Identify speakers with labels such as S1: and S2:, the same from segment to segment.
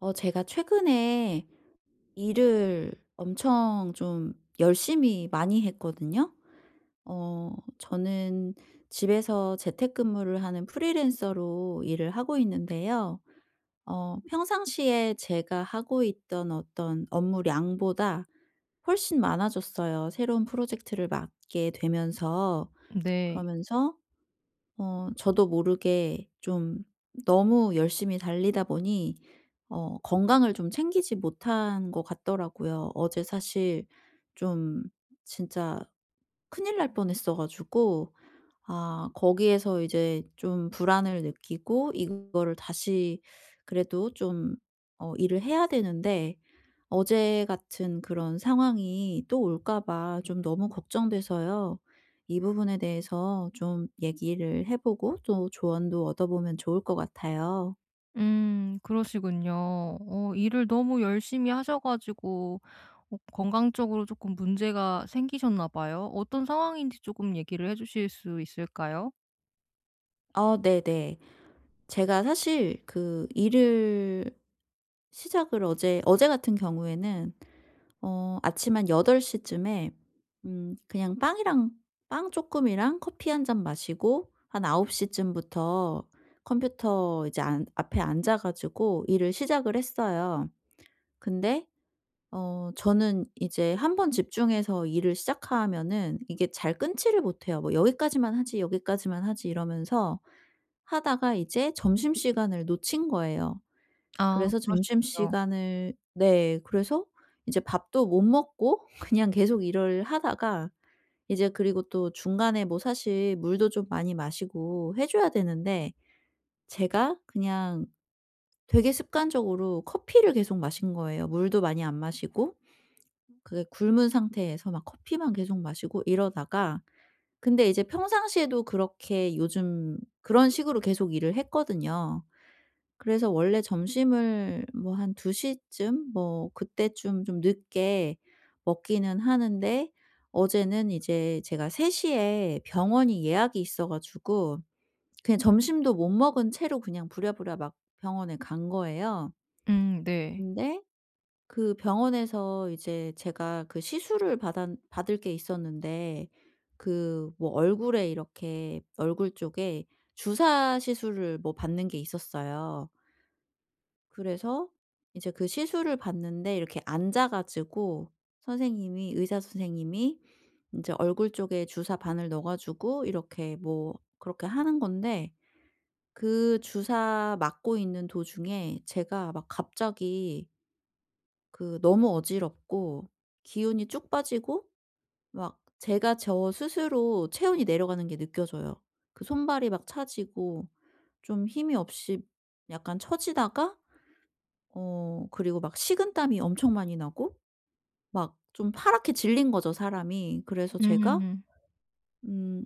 S1: 제가 최근에 일을 엄청 좀 열심히 많이 했거든요. 저는 집에서 재택근무를 하는 프리랜서로 일을 하고 있는데요. 평상시에 제가 하고 있던 어떤 업무량보다 훨씬 많아졌어요, 새로운 프로젝트를 맡게 되면서.
S2: 네.
S1: 그러면서 저도 모르게 좀 너무 열심히 달리다 보니 건강을 좀 챙기지 못한 것 같더라고요. 어제 사실 좀 진짜 큰일 날 뻔했어 가지고 아 거기에서 이제 좀 불안을 느끼고 이거를 다시 그래도 좀 일을 해야 되는데 어제 같은 그런 상황이 또 올까 봐 좀 너무 걱정돼서요. 이 부분에 대해서 좀 얘기를 해 보고 또 조언도 얻어보면 좋을 것 같아요.
S2: 그러시군요. 일을 너무 열심히 하셔 가지고 건강적으로 조금 문제가 생기셨나 봐요. 어떤 상황인지 조금 얘기를 해 주실 수 있을까요?
S1: 아 네네. 제가 사실 그 일을 시작을 어제 같은 경우에는 아침 한여덟 시 쯤에 그냥 빵이랑 빵 조금이랑 커피 한 잔 마시고 한아홉 시 쯤부터 컴퓨터 이제 안 앞에 앉아 가지고 일을 시작을 했어요. 근데 저는 이제 한 번 집중해서 일을 시작하면은 이게 잘 끊지를 못해요. 뭐 "여기까지만 하지. 여기까지만 하지." 이러면서 하다가 이제 점심시간을 놓친 거예요.
S2: 아
S1: 그래서
S2: 그러시군요.
S1: 점심시간을, 네, 그래서 이제 밥도 못 먹고 그냥 계속 일을 하다가 이제 그리고 또 중간에 뭐 사실 물도 좀 많이 마시고 해 줘야 되는데 제가 그냥 되게 습관적으로 커피를 계속 마신 거예요. 물도 많이 안 마시고 그게 굶은 상태에서 막 커피만 계속 마시고 이러다가 근데 이제 평상시에도 그렇게 요즘 그런 식으로 계속 일을 했거든요. 그래서 원래 점심을 뭐 한 2 시쯤 뭐 그때쯤 좀 늦게 먹기는 하는데 어제는 이제 제가 3 시에 병원이 예약이 있어 가지고 그냥 점심도 못 먹은 채로 그냥 부랴부랴 막 병원에 간 거예요.
S2: 음. 네.
S1: 근데 그 병원에서 이제 제가 그 시술을 받았 받을 게 있었는데 그 뭐 얼굴에 이렇게 얼굴 쪽에 주사 시술을 뭐 받는 게 있었어요. 그래서 이제 그 시술을 봤는데 이렇게 앉아 가지고 선생님이, 의사 선생님이 이제 얼굴 쪽에 주사 바늘 넣어 가지고 이렇게 뭐 그렇게 하는 건데 그 주사 맞고 있는 도중에 제가 막 갑자기 그 너무 어지럽고 기운이 쭉 빠지고 막 제가 저 스스로 체온이 내려가는 게 느껴져요. 그 손발이 막 차지고 좀 힘이 없이 약간 처지다가 그리고 막 식은땀이 엄청 많이 나고 막 좀 파랗게 질린 거죠, 사람이. 그래서 제가
S2: 음.
S1: 음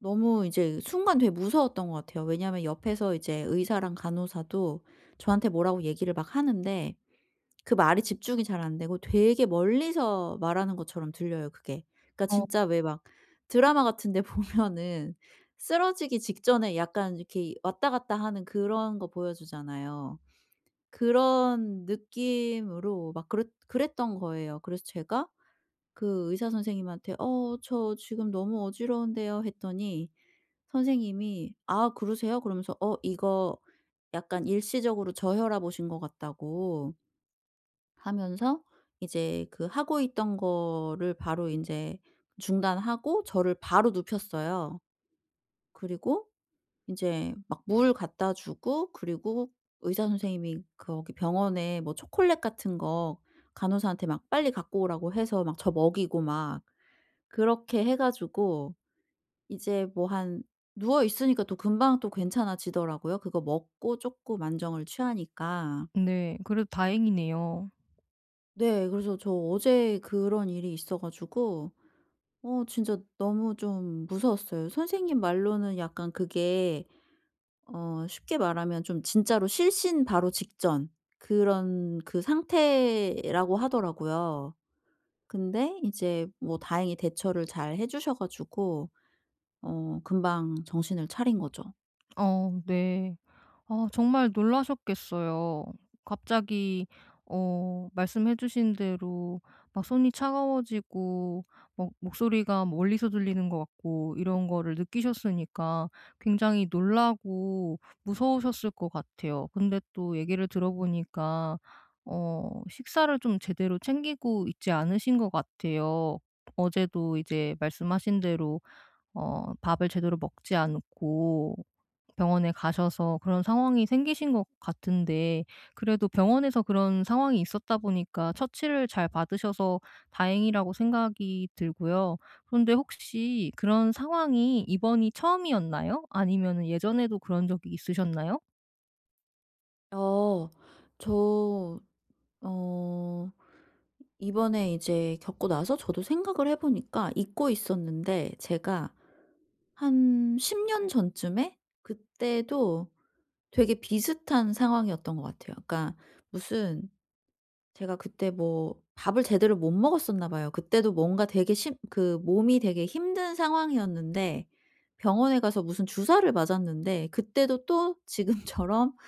S1: 너무 이제 순간 되게 무서웠던 것 같아요. 왜냐하면 옆에서 이제 의사랑 간호사도 저한테 뭐라고 얘기를 막 하는데 그 말이 집중이 잘 안 되고 되게 멀리서 말하는 것처럼 들려요, 그게. 그러니까
S2: 어
S1: 진짜 왜 막 드라마 같은 데 보면은 쓰러지기 직전에 약간 이렇게 왔다 갔다 하는 그런 거 보여주잖아요. 그런 느낌으로 막 그랬던 거예요. 그래서 제가 그 의사 선생님한테 저 지금 너무 어지러운데요." 했더니 선생님이 "아 그러세요?" 그러면서 이거 약간 일시적으로 저혈압 오신 것 같다."고 하면서 이제 그 하고 있던 거를 바로 이제 중단하고 저를 바로 눕혔어요. 그리고 이제 막 물 갖다 주고 그리고 의사 선생님이 거기 병원에 뭐 초콜릿 같은 거 간호사한테 막 빨리 갖고 오라고 해서 막 저 먹이고 막 그렇게 해 가지고 이제 뭐 한 누워 있으니까 또 금방 또 괜찮아지더라고요, 그거 먹고 쪼끔 안정을 취하니까.
S2: 네. 그래도 다행이네요.
S1: 네. 그래서 저 어제 그런 일이 있어 가지고 진짜 너무 좀 무서웠어요. 선생님 말로는 약간 그게 쉽게 말하면 좀 진짜로 실신 바로 직전 그런 그 상태라고 하더라고요. 근데 이제 뭐 다행히 대처를 잘 해 주셔 가지고 금방 정신을 차린 거죠.
S2: 네. 아 정말 놀라셨겠어요. 갑자기 말씀해 주신 대로 막 손이 차가워지고 막 목소리가 뭐 멀리서 들리는 것 같고 이런 거를 느끼셨으니까 굉장히 놀라고 무서우셨을 것 같아요. 근데 또 얘기를 들어보니까 식사를 좀 제대로 챙기고 있지 않으신 것 같아요. 어제도 이제 말씀하신 대로 밥을 제대로 먹지 않고 병원에 가셔서 그런 상황이 생기신 것 같은데 그래도 병원에서 그런 상황이 있었다 보니까 처치를 잘 받으셔서 다행이라고 생각이 들고요. 그런데 혹시 그런 상황이 이번이 처음이었나요? 아니면 예전에도 그런 적이 있으셨나요?
S1: 어. 저 어 이번에 이제 겪고 나서 저도 생각을 해 보니까 잊고 있었는데 제가 한 10년 전쯤에, 그때도 되게 비슷한 상황이었던 것 같아요. 그러니까 무슨 제가 그때 뭐 밥을 제대로 못 먹었었나 봐요. 그때도 뭔가 되게 심 그 몸이 되게 힘든 상황이었는데 병원에 가서 무슨 주사를 맞았는데 그때도 또 지금처럼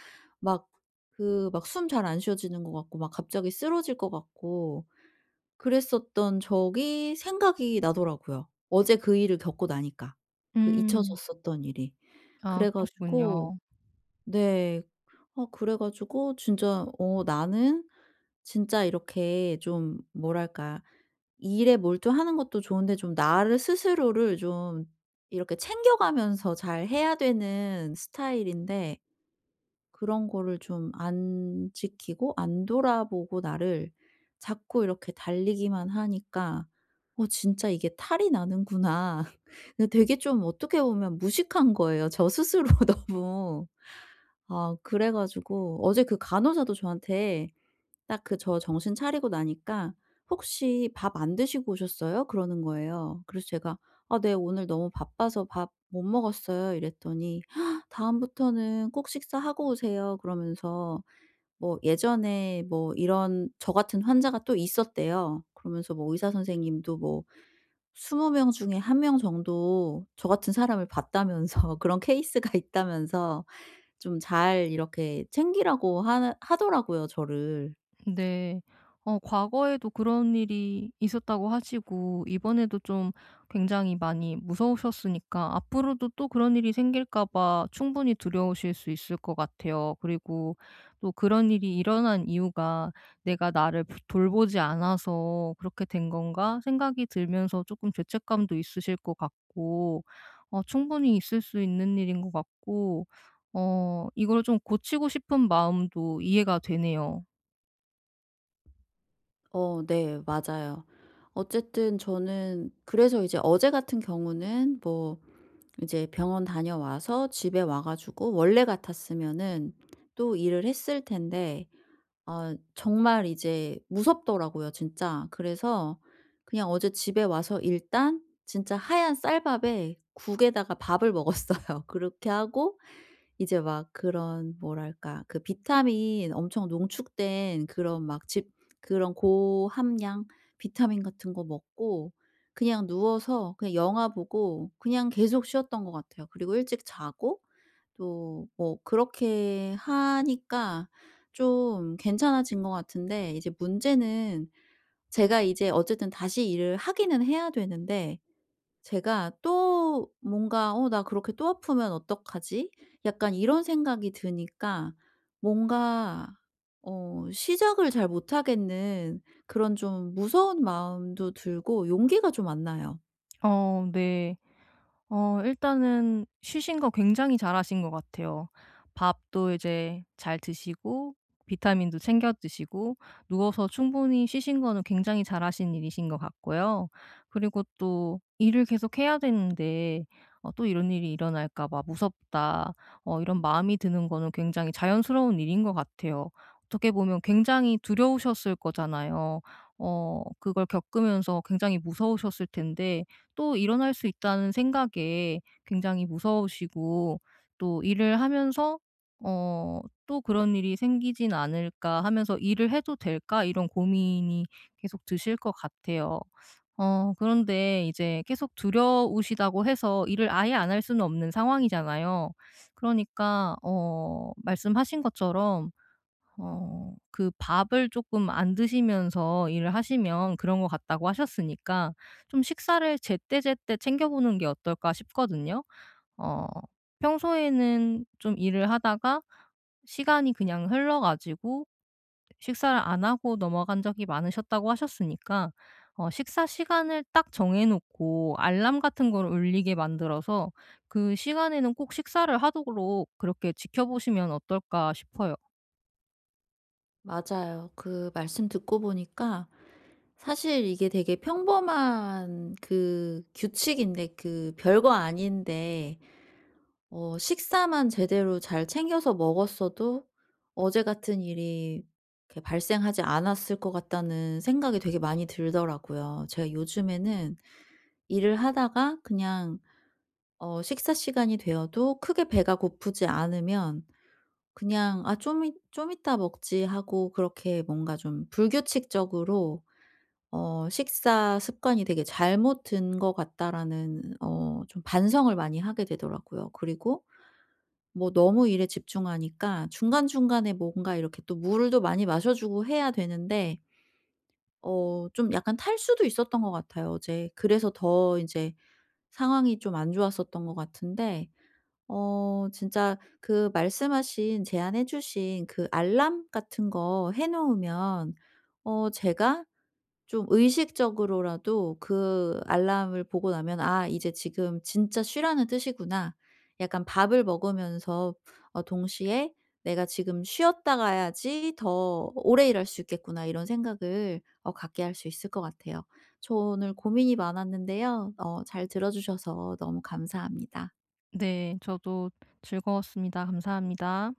S1: 막 그 막 숨 잘 안 쉬어지는 것 같고 막 갑자기 쓰러질 것 같고 그랬었던 적이 생각이 나더라고요, 어제 그 일을 겪고 나니까. 그
S2: 음.
S1: 잊혀졌었던 일이.
S2: 아
S1: 그래 가지고
S2: 그러시군요.
S1: 네. 그래 가지고 진짜 나는 진짜 이렇게 좀 뭐랄까 일에 몰두하는 것도 좋은데 좀 나를, 스스로를 좀 이렇게 챙겨가면서 잘 해야 되는 스타일인데 그런 거를 좀 안 지키고 안 돌아보고 나를 자꾸 이렇게 달리기만 하니까 진짜 이게 탈이 나는구나.' 근데 되게 좀 어떻게 보면 무식한 거예요, 저 스스로, 너무. 아 그래 가지고 어제 그 간호사도 저한테 딱 그 저 정신 차리고 나니까 "혹시 밥 안 드시고 오셨어요?" 그러는 거예요. 그래서 제가 "아 네. 오늘 너무 바빠서 밥 못 먹었어요." 이랬더니 "헉, 다음부터는 꼭 식사하고 오세요." 그러면서 뭐 예전에 뭐 이런 저 같은 환자가 또 있었대요. 그러면서 뭐 의사 선생님도 뭐 20명 중에 한 명 정도 저 같은 사람을 봤다면서 그런 케이스가 있다면서 좀 잘 이렇게 챙기라고 하 하더라고요, 저를.
S2: 네. 과거에도 그런 일이 있었다고 하시고 이번에도 좀 굉장히 많이 무서우셨으니까 앞으로도 또 그런 일이 생길까 봐 충분히 두려우실 수 있을 것 같아요. 그리고 또 그런 일이 일어난 이유가 '내가 나를 돌보지 않아서 그렇게 된 건가?' 생각이 들면서 조금 죄책감도 있으실 것 같고 충분히 있을 수 있는 일인 것 같고 이걸 좀 고치고 싶은 마음도 이해가 되네요.
S1: 네. 맞아요. 어쨌든 저는 그래서 이제 어제 같은 경우는 뭐 이제 병원 다녀와서 집에 와 가지고 원래 같았으면은 또 일을 했을 텐데 아 정말 이제 무섭더라고요, 진짜. 그래서 그냥 어제 집에 와서 일단 진짜 하얀 쌀밥에 국에다가 밥을 먹었어요. 그렇게 하고 이제 막 그런 뭐랄까 그 비타민 엄청 농축된 그런 막 집 그런 고함량 비타민 같은 거 먹고 그냥 누워서 그냥 영화 보고 그냥 계속 쉬었던 것 같아요. 그리고 일찍 자고 또 뭐 그렇게 하니까 좀 괜찮아진 것 같은데 이제 문제는 제가 이제 어쨌든 다시 일을 하기는 해야 되는데 제가 또 뭔가 나 그렇게 또 아프면 어떡하지?' 약간 이런 생각이 드니까 뭔가 시작을 잘 못하겠는 그런 좀 무서운 마음도 들고 용기가 좀 안 나요.
S2: 네. 일단은 쉬신 거 굉장히 잘하신 것 같아요. 밥도 이제 잘 드시고 비타민도 챙겨 드시고 누워서 충분히 쉬신 거는 굉장히 잘하신 일이신 것 같고요. 그리고 또 일을 계속해야 되는데 '또 이런 일이 일어날까 봐 무섭다.' 이런 마음이 드는 거는 굉장히 자연스러운 일인 것 같아요. 어떻게 보면 굉장히 두려우셨을 거잖아요. 그걸 겪으면서 굉장히 무서우셨을 텐데 또 일어날 수 있다는 생각에 굉장히 무서우시고 또 일을 하면서 어 '또 그런 일이 생기진 않을까.' 하면서 '일을 해도 될까?' 이런 고민이 계속 드실 것 같아요. 그런데 이제 계속 두려우시다고 해서 일을 아예 안 할 수는 없는 상황이잖아요. 그러니까 말씀하신 것처럼 그 밥을 조금 안 드시면서 일을 하시면 그런 것 같다고 하셨으니까 좀 식사를 제때제때 챙겨 보는 게 어떨까 싶거든요. 어 평소에는 좀 일을 하다가 시간이 그냥 흘러 가지고 식사를 안 하고 넘어간 적이 많으셨다고 하셨으니까 식사 시간을 딱 정해 놓고 알람 같은 걸 울리게 만들어서 그 시간에는 꼭 식사를 하도록 그렇게 지켜보시면 어떨까 싶어요.
S1: 맞아요. 그 말씀 듣고 보니까 사실 이게 되게 평범한 그 규칙인데 그 별거 아닌데 식사만 제대로 잘 챙겨서 먹었어도 어제 같은 일이 이렇게 발생하지 않았을 것 같다는 생각이 되게 많이 들더라고요. 제가 요즘에는 일을 하다가 그냥 식사 시간이 되어도 크게 배가 고프지 않으면 그냥 '아 좀 이따 먹지.' 하고 그렇게 뭔가 좀 불규칙적으로 식사 습관이 되게 '잘못 든 것 같다.'라는 좀 반성을 많이 하게 되더라고요. 그리고 뭐 너무 일에 집중하니까 중간중간에 뭔가 이렇게 또 물도 많이 마셔 주고 해야 되는데 좀 약간 탈수도 있었던 것 같아요, 어제. 그래서 더 인제 상황이 좀 안 좋았었던 것 같은데 진짜 그 말씀하신, 제안해 주신 그 알람 같은 거 해 놓으면 제가 좀 의식적으로라도 그 알람을 보고 나면 '아 이제 지금 진짜 쉬라는 뜻이구나.' 약간 밥을 먹으면서 동시에 '내가 지금 쉬었다 가야지 더 오래 일할 수 있겠구나.' 이런 생각을 갖게 할 수 있을 것 같아요. 저 오늘 고민이 많았는데요. 잘 들어 주셔서 너무 감사합니다.
S2: 네. 저도 즐거웠습니다. 감사합니다.